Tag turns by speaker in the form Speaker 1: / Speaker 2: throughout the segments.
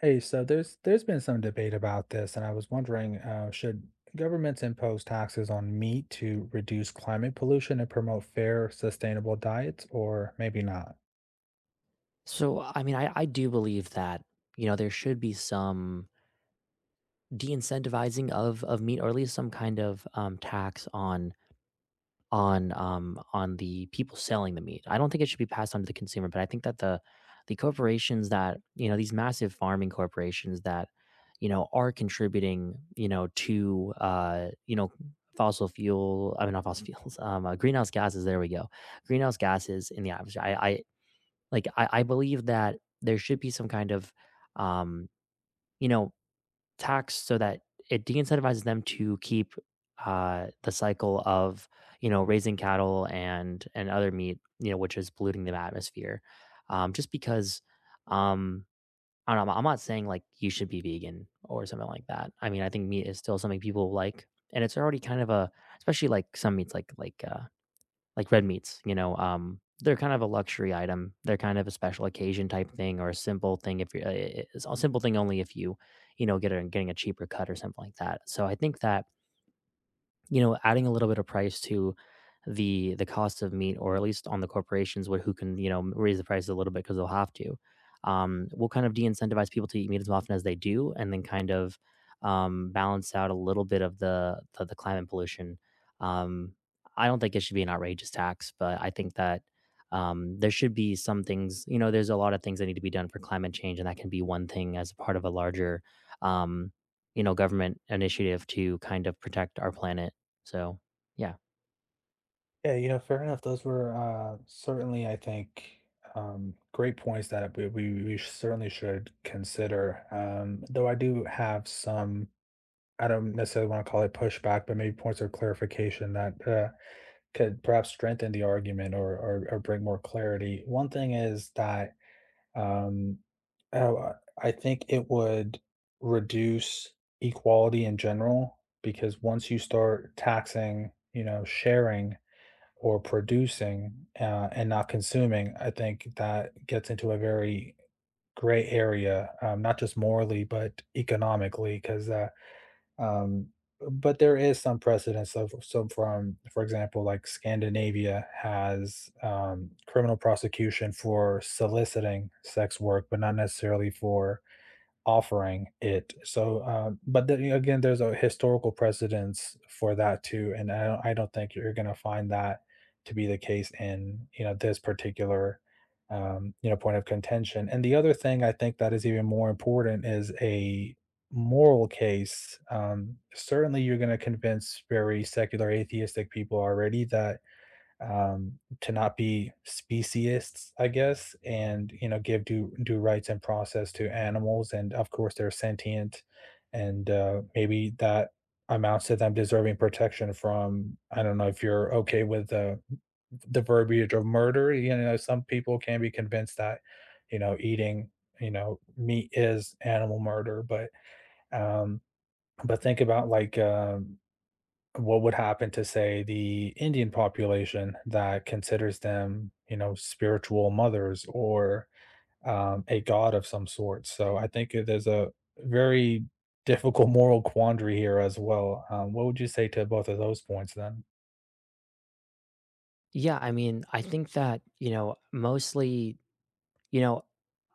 Speaker 1: Hey, so there's been some debate about this, and I was wondering, should governments impose taxes on meat to reduce climate pollution and promote fair, sustainable diets, or maybe not?
Speaker 2: So, I mean, I do believe that, you know, there should be some de-incentivizing of meat, or at least some kind of tax on the people selling the meat. I don't think it should be passed on to the consumer, but I think that the corporations that, you know, these massive farming corporations that, you know, are contributing, you know, to you know, fossil fuel, I mean not fossil fuels, greenhouse gases, there we go. Greenhouse gases in the atmosphere. I believe that there should be some kind of um, you know, tax so that it de-incentivizes them to keep the cycle of, you know, raising cattle and other meat, you know, which is polluting the atmosphere. Just because um I don't know, I'm not saying like you should be vegan or something like that. I mean, I think meat is still something people like. And it's already kind of a, especially like some meats like red meats, you know, they're kind of a luxury item. They're kind of a special occasion type thing, or a simple thing if you're it's a simple thing only if you, you know, getting a cheaper cut or something like that. So I think that, you know, adding a little bit of price to the cost of meat, or at least on the corporations where, who can, you know, raise the prices a little bit because they'll have to, will kind of de-incentivize people to eat meat as often as they do, and then kind of balance out a little bit of the climate pollution. Um, I don't think it should be an outrageous tax, but I think that, there should be some things. You know, there's a lot of things that need to be done for climate change, and that can be one thing as a part of a larger, um, you know, government initiative to kind of protect our planet, so, yeah.
Speaker 1: Yeah, you know, fair enough. Those were certainly, I think, great points that we certainly should consider. Though I do have some, I don't necessarily want to call it pushback, but maybe points of clarification that could perhaps strengthen the argument or bring more clarity. One thing is that Um, oh, I think it would reduce equality in general, because once you start taxing, you know, sharing or producing, and not consuming, I think that gets into a very gray area, not just morally, but economically, 'cause, um, but there is some precedence of some from, for example, like Scandinavia has criminal prosecution for soliciting sex work, but not necessarily for offering it. So, but then again, there's a historical precedence for that too, and I don't think you're going to find that to be the case in, you know, this particular you know, point of contention. And the other thing I think that is even more important is a moral case. Certainly, you're going to convince very secular atheistic people already that to not be speciesists, I guess, and you know, give due rights and process to animals, and of course they're sentient, and maybe that amounts to them deserving protection from. I don't know if you're okay with the verbiage of murder. You know, some people can be convinced that, you know, eating, you know, meat is animal murder, um, but think about like, what would happen to, say, the Indian population that considers them, you know, spiritual mothers or a god of some sort. So I think there's a very difficult moral quandary here as well. What would you say to both of those points then?
Speaker 2: Yeah, I mean, I think that, you know, mostly, you know,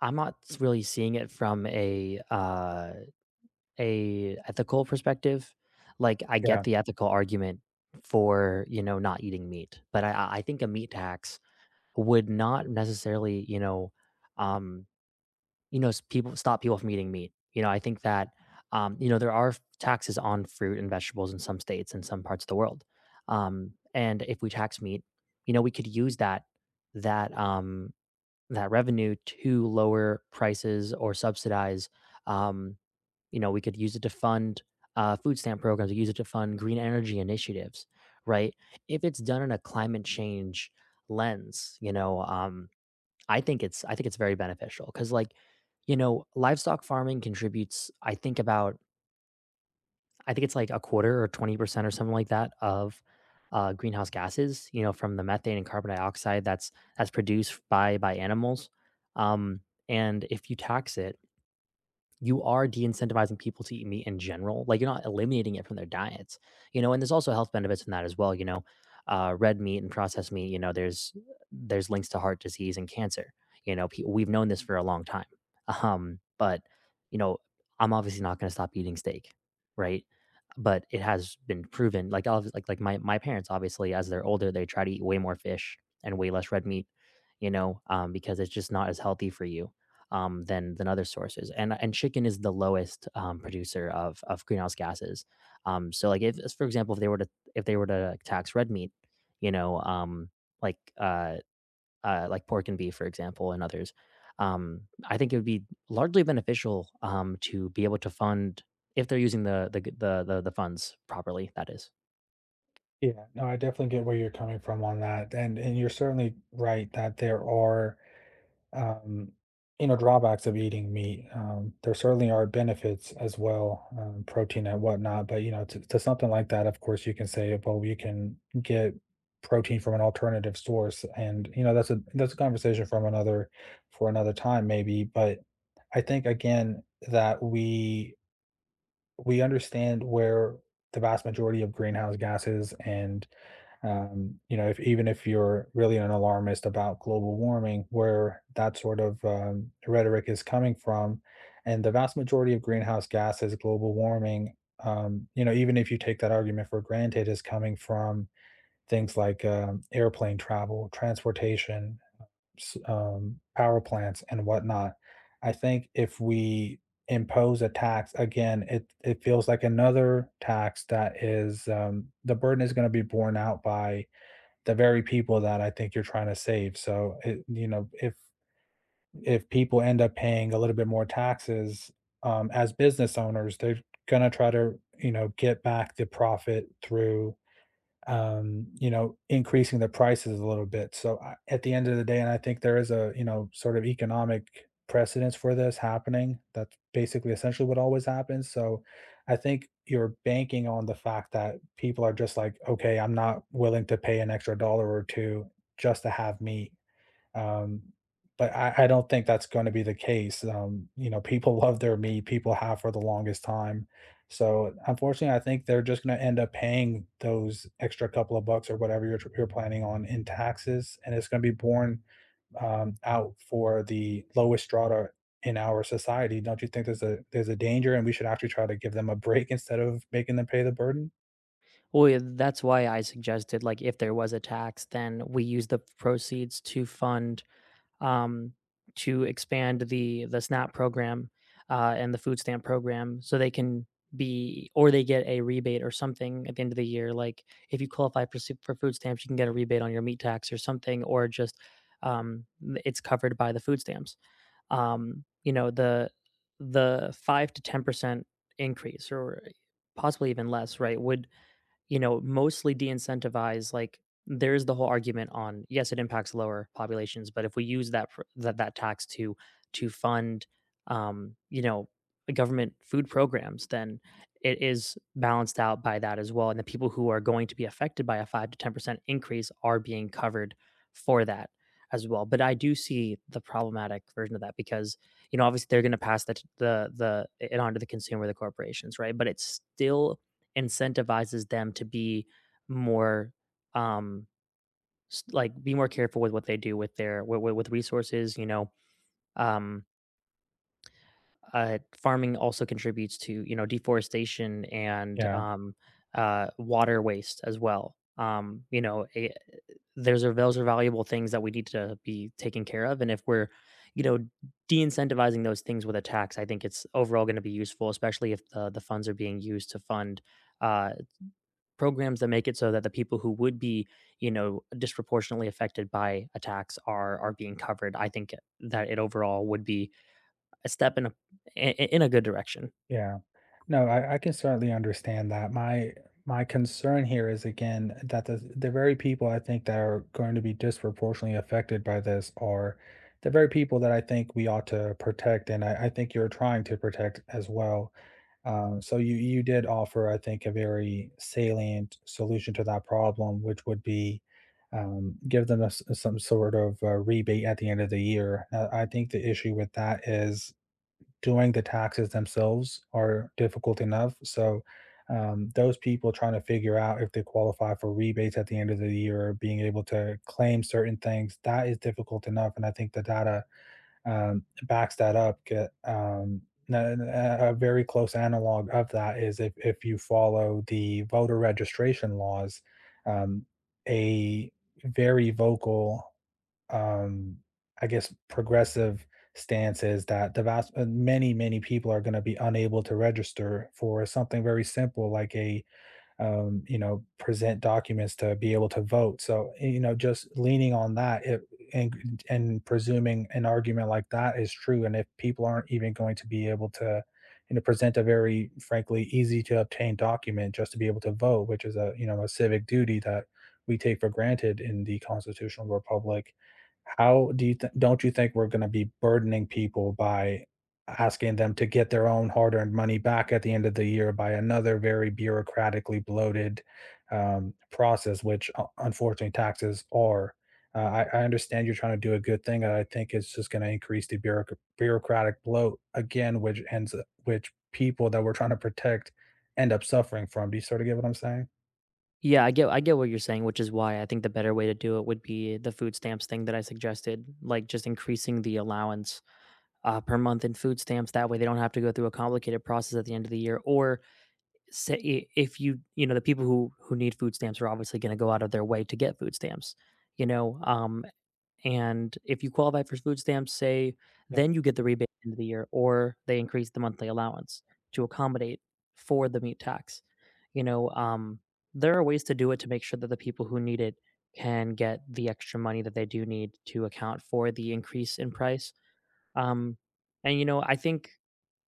Speaker 2: I'm not really seeing it from a ethical perspective. Like I get
Speaker 1: Yeah,
Speaker 2: the ethical argument for, you know, not eating meat, but I think a meat tax would not necessarily, you know, um people stop people from eating meat. You know, I think that, you know, there are taxes on fruit and vegetables in some states and some parts of the world. And if we tax meat, you know, we could use that um, that revenue to lower prices or subsidize. Um, you know, we could use it to fund food stamp programs. We use it to fund green energy initiatives, right? If it's done in a climate change lens, you know, I think it's very beneficial because, like, you know, livestock farming contributes, I think it's like a quarter or 20% or something like that of greenhouse gases, you know, from the methane and carbon dioxide that's produced by animals. Um, and if you tax it, you are de-incentivizing people to eat meat in general. Like, you're not eliminating it from their diets, you know. And there's also health benefits in that as well. You know, red meat and processed meat. You know, there's links to heart disease and cancer. You know, we've known this for a long time. But you know, I'm obviously not going to stop eating steak, right? But it has been proven. Like, like my parents, obviously, as they're older, they try to eat way more fish and way less red meat. You know, because it's just not as healthy for you than other sources. And chicken is the lowest producer of greenhouse gases. So, like, if, for example, if they were to tax red meat, you know, like uh, like pork and beef, for example, and others, I think it would be largely beneficial, to be able to fund, if they're using the funds properly. That is.
Speaker 1: yeah. No, I definitely get where you're coming from on that, and you're certainly right that there are um, you know, drawbacks of eating meat. There certainly are benefits as well, protein and whatnot. But you know, to something like that, of course, you can say, well, you can get protein from an alternative source, and you know, that's a conversation from another, for another time, maybe. But I think again that we understand where the vast majority of greenhouse gases and you know, if even if you're really an alarmist about global warming, where that sort of rhetoric is coming from, and the vast majority of greenhouse gases, global warming, you know, even if you take that argument for granted, is coming from things like airplane travel, transportation, power plants, and whatnot. I think if we impose a tax again, it feels like another tax that is, the burden is going to be borne out by the very people that I think you're trying to save. So, you know, if people end up paying a little bit more taxes as business owners, they're gonna try to, you know, get back the profit through you know, increasing the prices a little bit. So I, at the end of the day, and I think there is a, you know, sort of economic precedence for this happening. That's basically essentially what always happens. So I think you're banking on the fact that people are just like, okay, I'm not willing to pay an extra dollar or two just to have meat, um, but I don't think that's going to be the case. You know, people love their meat. People have for the longest time. So unfortunately, I think they're just going to end up paying those extra couple of bucks or whatever you're planning on in taxes, and it's going to be borne out for the lowest strata in our society. Don't you think there's a danger, and we should actually try to give them a break instead of making them pay the burden?
Speaker 2: Well, yeah, that's why I suggested, like, if there was a tax, then we use the proceeds to fund, um, to expand the SNAP program, and the food stamp program, so they can be, or they get a rebate or something at the end of the year. Like, if you qualify for, food stamps, you can get a rebate on your meat tax or something, or just, um, it's covered by the food stamps. You know, the 5 to 10% increase, or possibly even less, right? Would, you know, mostly de-incentivize, like, there's the whole argument on, yes, it impacts lower populations, but if we use that pr- that that tax to fund, you know, government food programs, then it is balanced out by that as well. And the people who are going to be affected by a 5 to 10% increase are being covered for that as well. But I do see the problematic version of that, because, you know, obviously they're going to pass the it on to the consumer, the corporations, right? But it's still incentivizes them to be more, um be more careful with what they do with their with resources, you know, um farming also contributes to, you know, deforestation, and
Speaker 1: Yeah.
Speaker 2: water waste as well. You know, it, there's are those are valuable things that we need to be taking care of, and if we're, you know, de-incentivizing those things with a tax, I think it's overall going to be useful, especially if the funds are being used to fund uh, programs that make it so that the people who would be, you know, disproportionately affected by attacks are being covered. I think that it overall would be a step in a, in a good direction.
Speaker 1: Yeah. No, I can certainly understand that. My concern here is again that the very people I think that are going to be disproportionately affected by this are the very people that I think we ought to protect, and I think you're trying to protect as well. So you did offer, I think, a very salient solution to that problem, which would be give them a s some sort of rebate at the end of the year. I think the issue with that is doing the taxes themselves are difficult enough. So those people trying to figure out if they qualify for rebates at the end of the year or being able to claim certain things, that is difficult enough. And I think the data backs that up. A, a very close analog of that is if you follow the voter registration laws, um, a very vocal um I guess progressive stance is that the vast many many people are going to be unable to register for something very simple like a, you know, present documents to be able to vote. So, you know, just leaning on that, and presuming an argument like that is true, and if people aren't even going to be able to, you know, present a very frankly easy to obtain document just to be able to vote, which is a, you know, a civic duty that we take for granted in the constitutional republic. How do don't you think we're going to be burdening people by asking them to get their own hard-earned money back at the end of the year by another very bureaucratically bloated process, which unfortunately taxes are. I understand you're trying to do a good thing, and I think it's just going to increase the bureaucratic bloat again, which people that we're trying to protect end up suffering from. Do you sort of get what I'm saying?
Speaker 2: Yeah, I get what you're saying, which is why I think the better way to do it would be the food stamps thing that I suggested, like just increasing the allowance, per month in food stamps. That way, they don't have to go through a complicated process at the end of the year. Or say, if you, you know, the people who need food stamps are obviously going to go out of their way to get food stamps. You know, um, and if you qualify for food stamps, say,
Speaker 1: Yeah,
Speaker 2: then you get the rebate at the end of the year, or they increase the monthly allowance to accommodate for the meat tax. You know, there are ways to do it to make sure that the people who need it can get the extra money that they do need to account for the increase in price. Um, and you know, I think,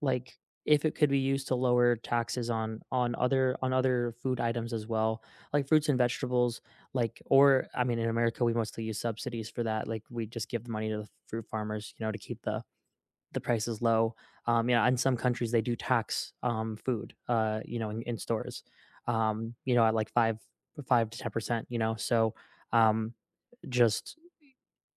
Speaker 2: like, if it could be used to lower taxes on other food items as well, like fruits and vegetables. Like, or, I mean, in America we mostly use subsidies for that, like we just give the money to the fruit farmers, you know, to keep the prices low. Yeah, in some countries they do tax food, you know, in stores, you know, at like 5 to 10%, you know. So um just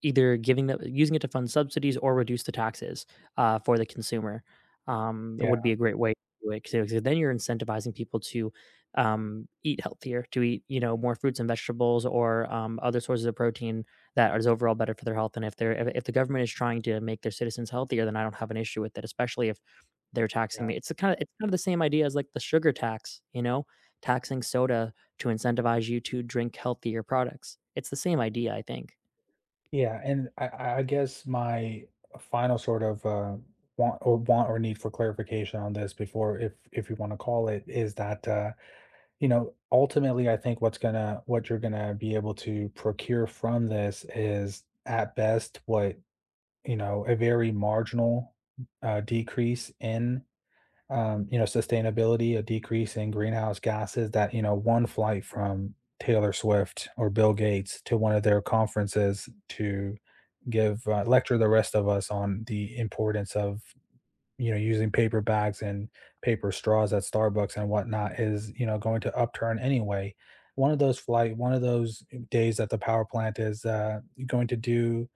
Speaker 2: either giving the, using it to fund subsidies or reduce the taxes, for the consumer, that would be
Speaker 1: yeah,
Speaker 2: a great way to do it. Because then you're incentivizing people to, eat healthier, to eat, you know, more fruits and vegetables, or, other sources of protein that is overall better for their health. And if they're, if the government is trying to make their citizens healthier, then I don't have an issue with it, especially if they're taxing
Speaker 1: yeah,
Speaker 2: me. It's the kinda it's kind of the same idea as, like, the sugar tax, you know? Taxing soda to incentivize you to drink healthier products. It's the same idea, I think.
Speaker 1: yeah, and I guess my final sort of, want or need for clarification on this before if you wanna call it, is that, you know, ultimately, I think what you're gonna be able to procure from this is at best what, you know, a very marginal decrease in, you know, sustainability, a decrease in greenhouse gases that, you know, one flight from Taylor Swift or Bill Gates to one of their conferences to give lecture the rest of us on the importance of, you know, using paper bags and paper straws at Starbucks and whatnot is, you know, going to upturn anyway one of those days that the power plant is, going to do,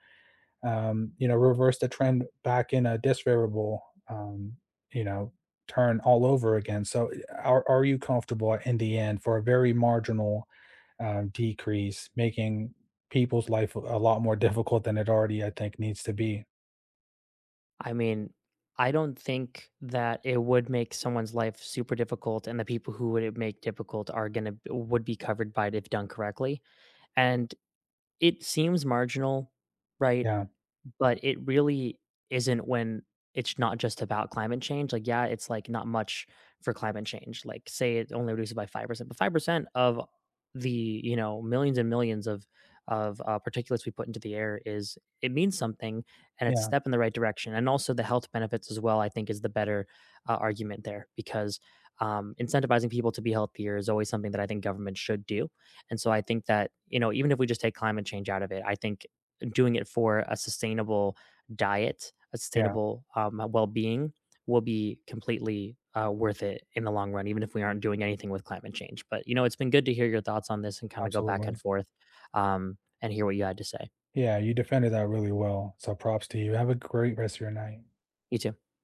Speaker 1: you know, reverse the trend back in a disfavorable um, you know, turn all over again. So are you comfortable in the end for a very marginal decrease, making people's life a lot more difficult than it already I think needs to be?
Speaker 2: I mean, I don't think that it would make someone's life super difficult, and the people who would it make difficult are gonna would be covered by it if done correctly. And it seems marginal, right?
Speaker 1: Yeah,
Speaker 2: But it really isn't, when it's not just about climate change. Like, yeah, it's like not much for climate change. Like, say it only reduces by 5%, but 5% of the, you know, millions and millions of, particulates we put into the air, is, it means something, and it's a
Speaker 1: yeah,
Speaker 2: step in the right direction. And also the health benefits as well, I think is the better, argument there, because, incentivizing people to be healthier is always something that I think government should do. And so I think that, you know, even if we just take climate change out of it, I think doing it for a sustainable diet, a
Speaker 1: yeah,
Speaker 2: sustainable, well-being will be completely, worth it in the long run, even if we aren't doing anything with climate change. But you know, it's been good to hear your thoughts on this and kind of go back and
Speaker 1: absolutely.
Speaker 2: forth, and hear what you had to say.
Speaker 1: Yeah, you defended that really well. So props to you. Have a great rest of your night.
Speaker 2: You too.